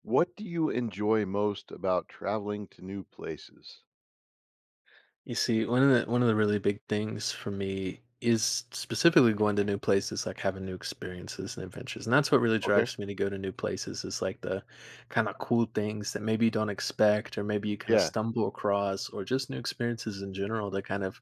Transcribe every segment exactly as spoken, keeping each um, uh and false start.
What do you enjoy most about traveling to new places? You see, one of the one of the really big things for me is specifically going to new places, like having new experiences and adventures. And that's what really Okay. drives me to go to new places is like the kind of cool things that maybe you don't expect or maybe you kind of Yeah, stumble across or just new experiences in general that kind of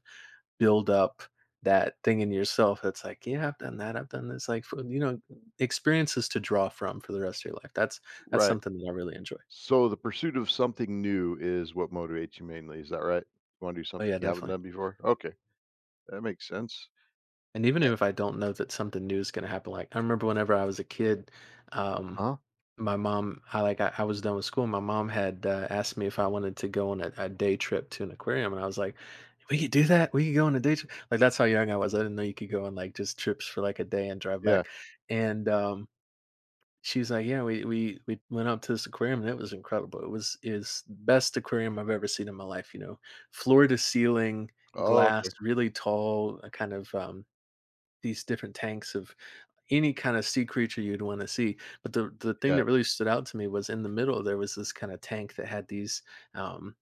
build up that thing in yourself that's like, yeah, I've done that, I've done this. Like for, you know, experiences to draw from for the rest of your life. That's that's right. something that I really enjoy. So the pursuit of something new is what motivates you mainly. Is that right? You want to do Oh something yeah, you haven't definitely. done before? Okay. That makes sense. And even if I don't know that something new is gonna happen, like I remember whenever I was a kid, um, Huh? my mom, I like I, I was done with school. My mom had uh, asked me if I wanted to go on a, a day trip to an aquarium, and I was like, "We could do that. We could go on a day trip." Like that's how young I was. I didn't know you could go on like just trips for like a day and drive Yeah. back. And um, she was like, "Yeah, we we we went up to this aquarium, and it was incredible. It was is best aquarium I've ever seen in my life. You know, floor to ceiling Oh, glass, okay. really tall, uh, kind of, um these different tanks of any kind of sea creature you'd want to see. But the the thing Yeah. that really stood out to me was in the middle there was this kind of tank that had these um,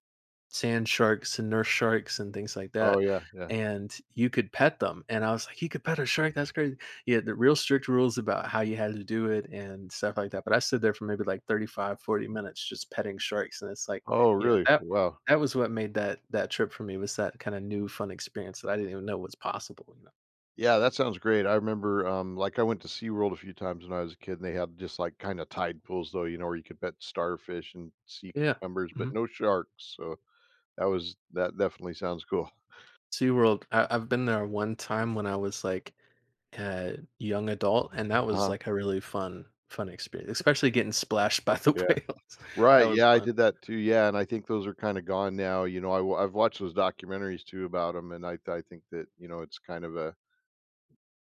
sand sharks and nurse sharks and things like Oh, that. yeah. Yeah. And you could pet them, and I was like, 'You could pet a shark? That's crazy!' Yeah, the real strict rules about how you had to do it and stuff like that. But I stood there for maybe like thirty-five, forty minutes just petting sharks, and it's like, Oh, you know, really? that Wow. that was what made that that trip for me was that kind of new fun experience that I didn't even know was possible. You know?" Yeah, that sounds great. I remember, um, like, I went to SeaWorld a few times when I was a kid, and they had just like kind of tide pools, though, you know, where you could pet starfish and sea Yeah. cucumbers, but Mhm. no sharks. So that was, that definitely sounds cool. SeaWorld, I I've been there one time when I was, like, a young adult, and that Uh was, huh. like, a really fun fun experience, especially getting splashed by the Yeah. whales. That Right, was yeah, I fun. did that too, yeah, and I think those are kinda gone now. You know, I wa I've watched those documentaries too about them, and I I think that, you know, it's kind of a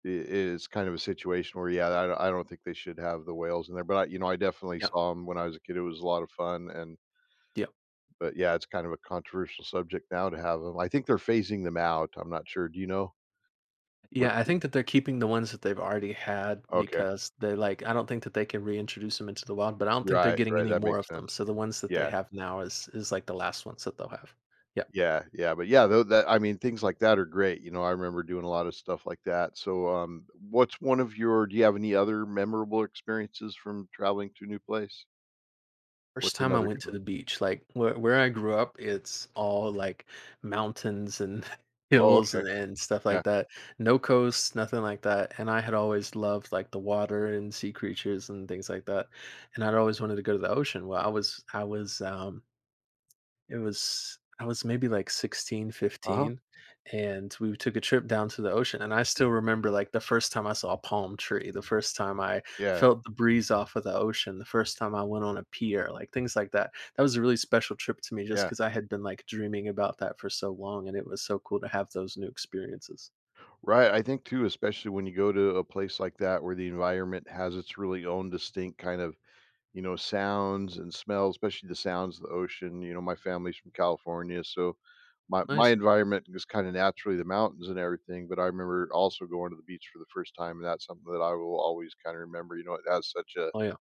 I it's kind of a situation where, yeah, I don't I don't think they should have the whales in there. But I, you know, I definitely Yeah, saw them when I was a kid, it was a lot of fun. and yeah, but, yeah, it's kind of a controversial subject now to have them. I think they're phasing them out, I'm not sure, do you know? What yeah, I think that they're keeping the ones that they've already had Okay. because they, like I don't think that they can reintroduce them into the wild, but I don't think they're Right, getting right, any that more makes of them, sense. so the ones that they Yeah. have now is is, like, the last ones that they'll have. Yeah. Yeah, yeah, but yeah, though, that I mean, things like that are great. You know, I remember doing a lot of stuff like that. So, um, what's one of your do you have any other memorable experiences from traveling to a new place? First What's time I another went good to one? the beach, like where where I grew up, it's all like mountains and Oh, hills okay. and, and stuff Yeah. like that. No coast, nothing like that. And I had always loved like the water and sea creatures and things like that. And I'd always wanted to go to the ocean. Well, I was I was um it was I was maybe like sixteen, Uh-huh. fifteen, and we took a trip down to the ocean, and I still remember, like, the first time I saw a palm tree, the first time I Yeah. felt the breeze off of the ocean, the first time I went on a pier, like, things like that. That was a really special trip to me just Yeah. because I had been, like, dreaming about that for so long, and it was so cool to have those new experiences. Right. I think too, especially when you go to a place like that where the environment has its really own distinct kind of, you know, sounds and smells, especially the sounds of the ocean. You know, my family's from California, so my my Nice. environment was kind of naturally the mountains and everything. But I remember also going to the beach for the first time, and that's something that I will always kind of remember. You know, it has such a Oh, yeah.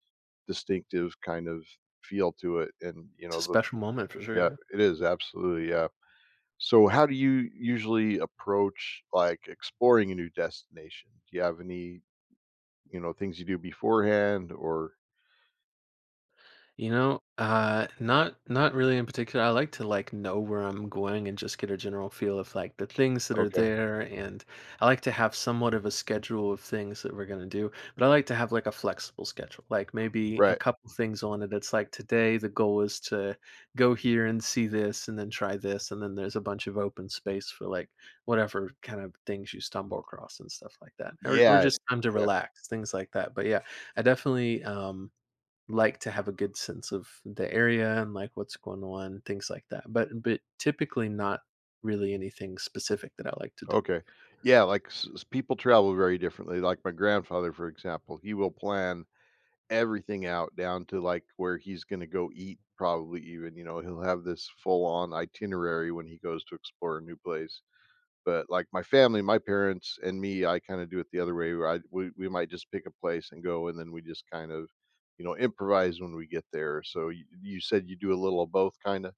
distinctive kind of feel to it, and you It's a know, the special moment for sure, yeah, yeah. it is absolutely. Yeah. So, how do you usually approach like exploring a new destination? Do you have any, you know things you do beforehand, or? You know, uh, not not really in particular. I like to like know where I'm going and just get a general feel of like the things that are Okay. there, and I like to have somewhat of a schedule of things that we're gonna do. But I like to have like a flexible schedule, like maybe a Right. couple things on it. It's like today the goal is to go here and see this, and then try this, and then there's a bunch of open space for like whatever kind of things you stumble across and stuff like that, or or Yeah, just time to yeah. relax, things like that. But yeah, I definitely um like to have a good sense of the area and like what's going on, things like that. But but typically not really anything specific that I like to do. Okay. Yeah, like, s s people travel very differently. Like, my grandfather, for example, he will plan everything out down to, like, where he's gonna go eat probably, even, you know, he'll have this full-on itinerary when he goes to explore a new place. But, like, my family, my parents and me, I kinda do it the other way, where I we we might just pick a place and go, and then we just kind of, you know, improvise when we get there. So you you said you do a little of both kinda?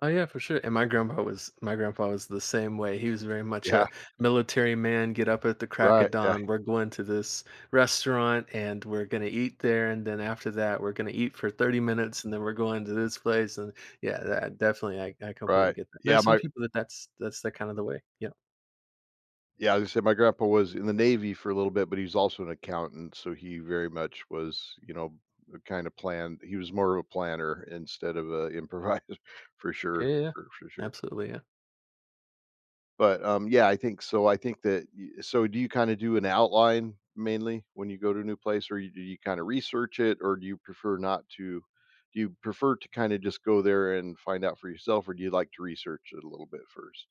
Oh yeah, for sure. And my grandpa was my grandpa was the same way. He was very much Yeah, a military man. Get up at the crack of right, yeah, dawn. We're going to this restaurant and we're gonna eat there, and then after that we're gonna eat for thirty minutes, and then we're going to this place. And yeah, that definitely I, I completely right. get that. Yeah, There's some my people that that's that's the kind of the way. Yeah, yeah, as I was say my grandpa was in the Navy for a little bit, but he's also an accountant, so he very much was, you know, kind of planned. He was more of a planner instead of a improviser, for yeah, sure, yeah. Yeah. for, for sure. Absolutely. But um, yeah, I think so. I think that. y- So, do you kind of do an outline mainly when you go to a new place, or you, do you kind of research it, or do you prefer not to? Do you prefer to kind of just go there and find out for yourself, or do you like to research it a little bit first?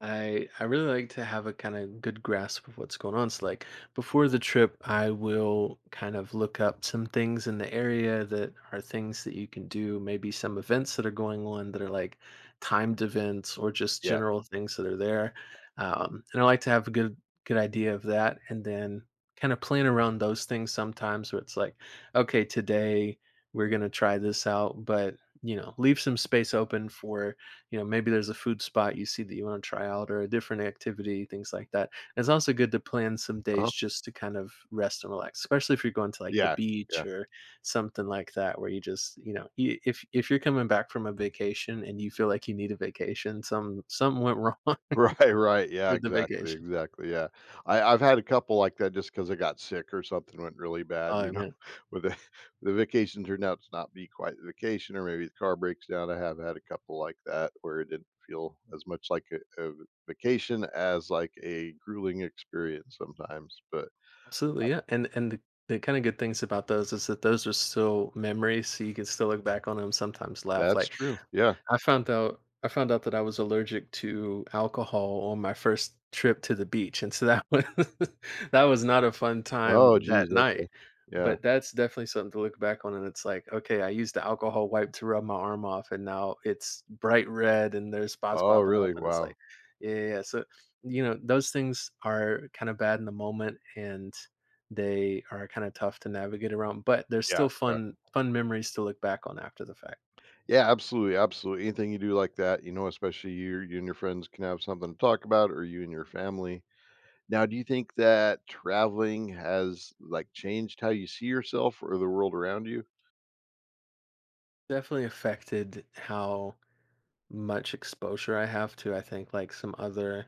I I really like to have a kind of good grasp of what's going on. So like before the trip, I will kind of look up some things in the area that are things that you can do, maybe some events that are going on that are like timed events or just Yeah. general things that are there. Um, and I like to have a good good idea of that and then kind of plan around those things sometimes where it's like, okay, today we're gonna try this out, but you know, leave some space open for you know maybe there's a food spot you see that you want to try out or a different activity, things like that. And it's also good to plan some days Uh-huh. just to kind of rest and relax, especially if you're going to like the Yeah. beach Yeah. or something like that, where you just, you know, you, if if you're coming back from a vacation and you feel like you need a vacation, some something went wrong Right, right. Yeah, with the exactly, vacation. exactly, yeah. I I've had a couple like that just because I got sick or something went really bad, Oh you know. man. With the the vacation turned out to not be quite the vacation, or maybe the car breaks down. I have had a couple like that where it didn't feel as much like a a vacation as like a grueling experience sometimes, but Absolutely, yeah. And and the the kind of good things about those is that those are still memories, so you can still look back on them sometimes, laugh, that's like true, yeah. I found out I found out that I was allergic to alcohol on my first trip to the beach, and so that was that was not a fun Oh, time that geez, okay. night. Yeah. But that's definitely something to look back on, and it's like, okay, I used the alcohol wipe to rub my arm off, and now it's bright red, and there's spots Oh, popping up, really? and it's like, Wow. yeah, yeah. Yeah. So you know, those things are kind of bad in the moment, and they are kind of tough to navigate around, but there's still Yeah, yeah. fun fun memories to look back on after the fact. Yeah, absolutely, absolutely. Anything you do like that, you know, especially you you and your friends can have something to talk about, or you and your family. Now, do you think that traveling has, like, changed how you see yourself or the world around you? Definitely affected how much exposure I have to, I think, like some other,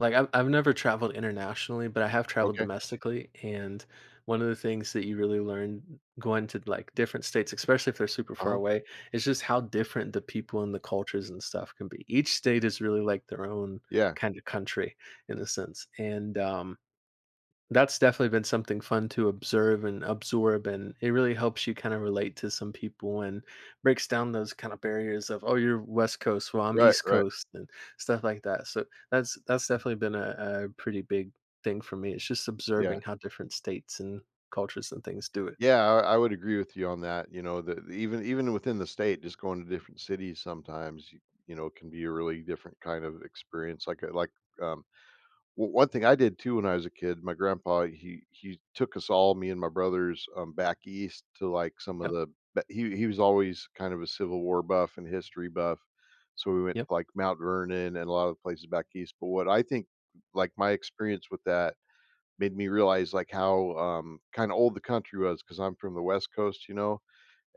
like I've I've never traveled internationally, but I have traveled Okay. domestically. And one of the things that you really learn going to like different states, especially if they're super far Uh-huh. away, is just how different the people and the cultures and stuff can be. Each state is really like their own Yeah. kind of country in a sense. And um that's definitely been something fun to observe and absorb, and it really helps you kind of relate to some people and breaks down those kind of barriers of, oh, you're West Coast, well, I'm Right, East right. Coast, and stuff like that. So that's that's definitely been a, a pretty big thing for me. It's just Yeah. observing how different states and cultures and things do it. Yeah, I I would agree with you on that. You know, that even even within the state, just going to different cities sometimes, you you know, can be a really different kind of experience, like a like, um well. One thing I did too when I was a kid, my grandpa, he he took us all, me and my brothers, um, back east to, like, some of Yep. the ba he he was always kind of a Civil War buff and history buff, so we went Yep. to, like, Mount Vernon and a lot of the places back east. But what I think, like, my experience with that made me realize, like, how, um, kinda old the country was, because 'cause I'm from the West Coast, you know?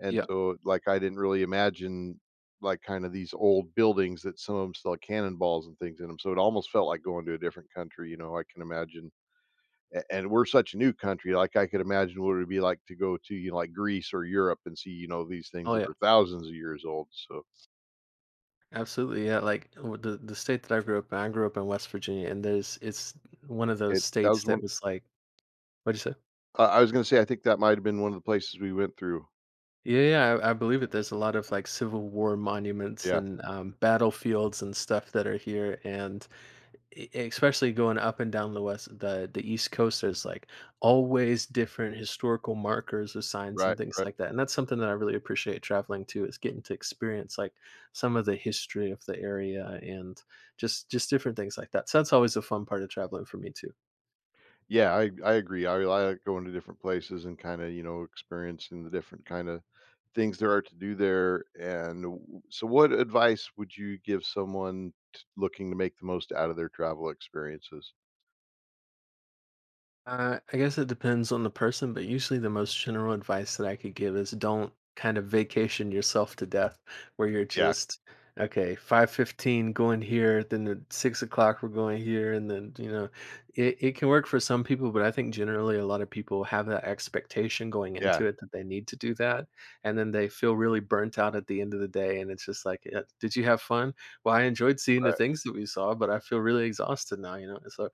And Yeah. so, like, I didn't really imagine, like, kinda these old buildings that some of them still had cannonballs and things in them. So it almost felt like going to a different country. You know, I can imagine, a and we're such a new country. Like, I could imagine what it would be like to go to, you know, like, Greece or Europe and see, you know, these things Oh that yeah. are thousands of years old. So Absolutely. Yeah. Like w- the the state that I grew up in, I grew up in West Virginia, and there's it's one of those it that states was that one. was like, what'd you say? I I was gonna say I think that might have been one of the places we went through. Yeah, yeah, I, I believe it. There's a lot of like Civil War monuments Yeah. and um, battlefields and stuff that are here, and e- especially going up and down the west, the the East Coast, there's like always different historical markers or signs and Right, things right. like that. And that's something that I really appreciate traveling to is getting to experience like some of the history of the area and just just different things like that. So that's always a fun part of traveling for me too. Yeah, I I agree. I like going to different places and kind of, you know, experiencing the different kind of things there are to do there. And w- so, what advice would you give someone t- looking to make the most out of their travel experiences? Uh, I guess it depends on the person, but usually the most general advice that I could give is don't kind of vacation yourself to death, where you're Yeah, just, okay, five fifteen going here, then at six o'clock we're going here, and then you know, it, it can work for some people, but I think generally a lot of people have that expectation going yeah, into it that they need to do that, and then they feel really burnt out at the end of the day, and it's just like, "Yeah, did you have fun? Well, I enjoyed seeing the right. things that we saw, but I feel really exhausted now, you know." So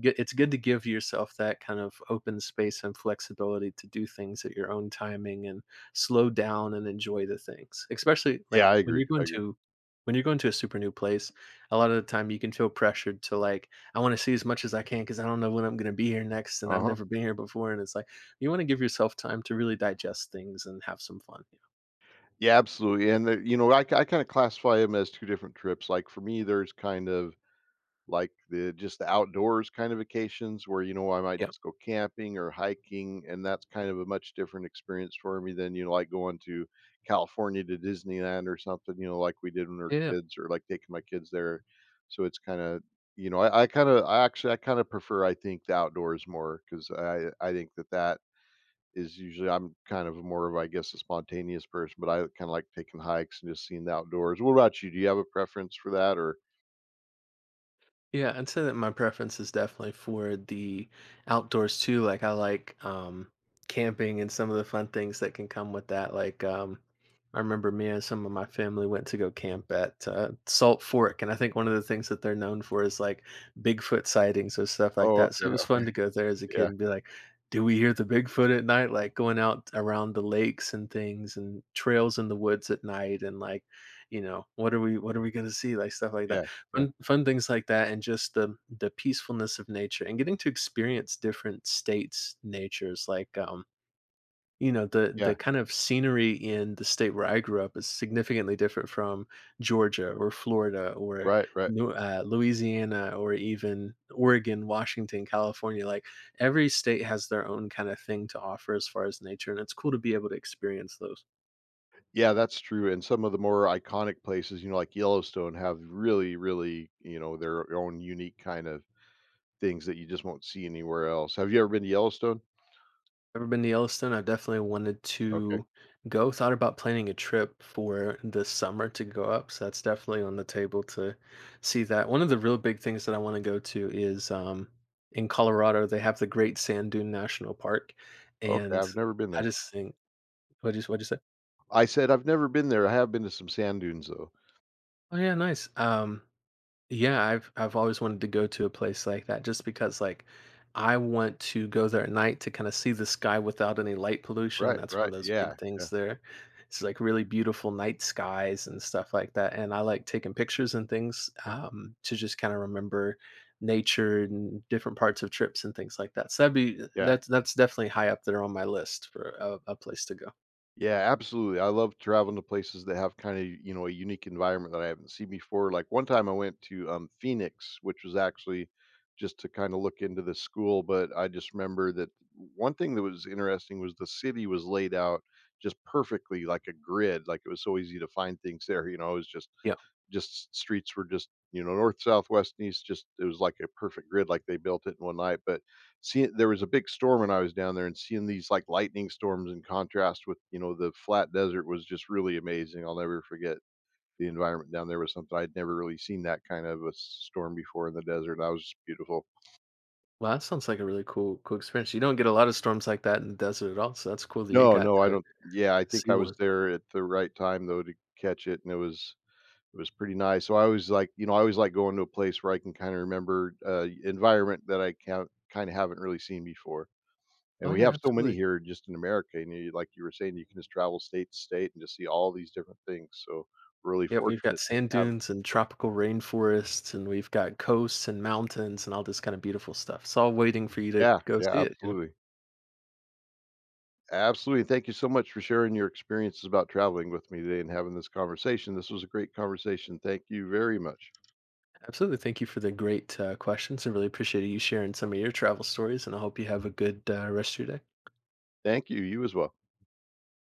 g- it's good to give yourself that kind of open space and flexibility to do things at your own timing and slow down and enjoy the things, especially Yeah, like I when agree. you're going I agree. to when you're going to a super new place. A lot of the time you can feel pressured to, like, I want to see as much as I can because I don't know when I'm going to be here next and Uh I've huh. never been here before, and it's like you want to give yourself time to really digest things and have some fun. Yeah, absolutely. And the, you know, I, I kind of classify them as two different trips. Like for me, there's kind of like the just the outdoors kind of vacations, where you know I might just go camping or hiking, and that's kind of a much different experience for me than, you know like going to California to Disneyland or something. You know, like we did when we were Yeah, yeah. kids, or like taking my kids there. So it's kind of, you know I, I kind of I actually I kind of prefer, I think, the outdoors more, because I I think that that is usually I'm kind of more of, I guess, a spontaneous person, but I kind of like taking hikes and just seeing the outdoors. What about you? Do you have a preference for that or? Yeah, I'd say that my preference is definitely for the outdoors too. Like, I like um camping and some of the fun things that can come with that. Like um I remember me and some of my family went to go camp at uh, Salt Fork, and I think one of the things that they're known for is like Bigfoot sightings or stuff like Oh, that. okay, So it was okay, fun to go there as a kid yeah. and be like, "Do we hear the Bigfoot at night?" Like going out around the lakes and things, and trails in the woods at night, and like, you know, what are we, what are we gonna see? Like stuff like that. Yeah, yeah, Fun fun things like that, and just the the peacefulness of nature and getting to experience different states' natures, like, um, you know, the the yeah. kind of scenery in the state where I grew up is significantly different from Georgia or Florida or Right, right. New uh, Louisiana, or even Oregon, Washington, California. Like, every state has their own kinda thing to offer as far as nature, and it's cool to be able to experience those. Yeah, that's true, and some of the more iconic places, you know, like Yellowstone have really, really, you know, their own unique kind of things that you just won't see anywhere else. Have you ever been to Yellowstone? Ever been to Yellowstone? I've definitely wanted Okay. to go. Thought about planning a trip for this summer to go up, so that's definitely on the table to see that. One of the real big things that I want to go to is, um, in Colorado, they have the Great Sand Dune National Park. Okay, And I've never been I there. just think, what did you, what'd you say? I said I've never been there. I have been to some sand dunes, though. Oh, yeah, nice. Um, Yeah, I've I've always wanted to go to a place like that just because, like, I want to go there at night to kind of see the sky without any light pollution. Right, That's one of right. those Yeah, big yeah, things there. It's like really beautiful night skies and stuff like that. And I like taking pictures and things, um, to just kind of remember nature and different parts of trips and things like that. So that'd be uh, yeah. that's that's definitely high up there on my list for a, a place to go. Yeah, absolutely. I love traveling to places that have kind of, you know, a unique environment that I haven't seen before. Like one time I went to um, Phoenix, which was actually just to kind of look into the school. But I just remember that one thing that was interesting was the city was laid out just perfectly like a grid. Like it was so easy to find things there. You know, it was just Yeah. just streets were just, you know north, south, west, and east. Just it was like a perfect grid, like they built it in one night. But seeing, there was a big storm when I was down there, and seeing these, like, lightning storms in contrast with, you know the flat desert, was just really amazing. I'll never forget the environment down there was something I'd never really seen, that kind of a storm before in the desert. That was just beautiful. Well, that sounds like a really cool cool experience. You don't get a lot of storms like that in the desert at all, so that's cool that you No, got no, I to don't. Yeah, I think see I was one. there at the right time though to catch it, and it was It was pretty nice. So I always like, you know, I always like going to a place where I can kinda remember, uh, environment that I can't kinda haven't really seen before. And Oh, we yeah, have so many absolutely. here just in America, and you like you were saying, you can just travel state to state and just see all these different things. So we're really Yeah, we've got fortunate to sand have it dunes so and close. tropical rainforests, and we've got coasts and mountains and all this kind of beautiful stuff. It's all waiting for you to Yeah, go yeah, see it, you know? absolutely. Absolutely. Thank you so much for sharing your experiences about traveling with me today and having this conversation. This was a great conversation. Thank you very much. Absolutely. Thank you for the great uh, questions. I really appreciate you sharing some of your travel stories, and I hope you have a good uh, rest of your day. Thank you. You as well.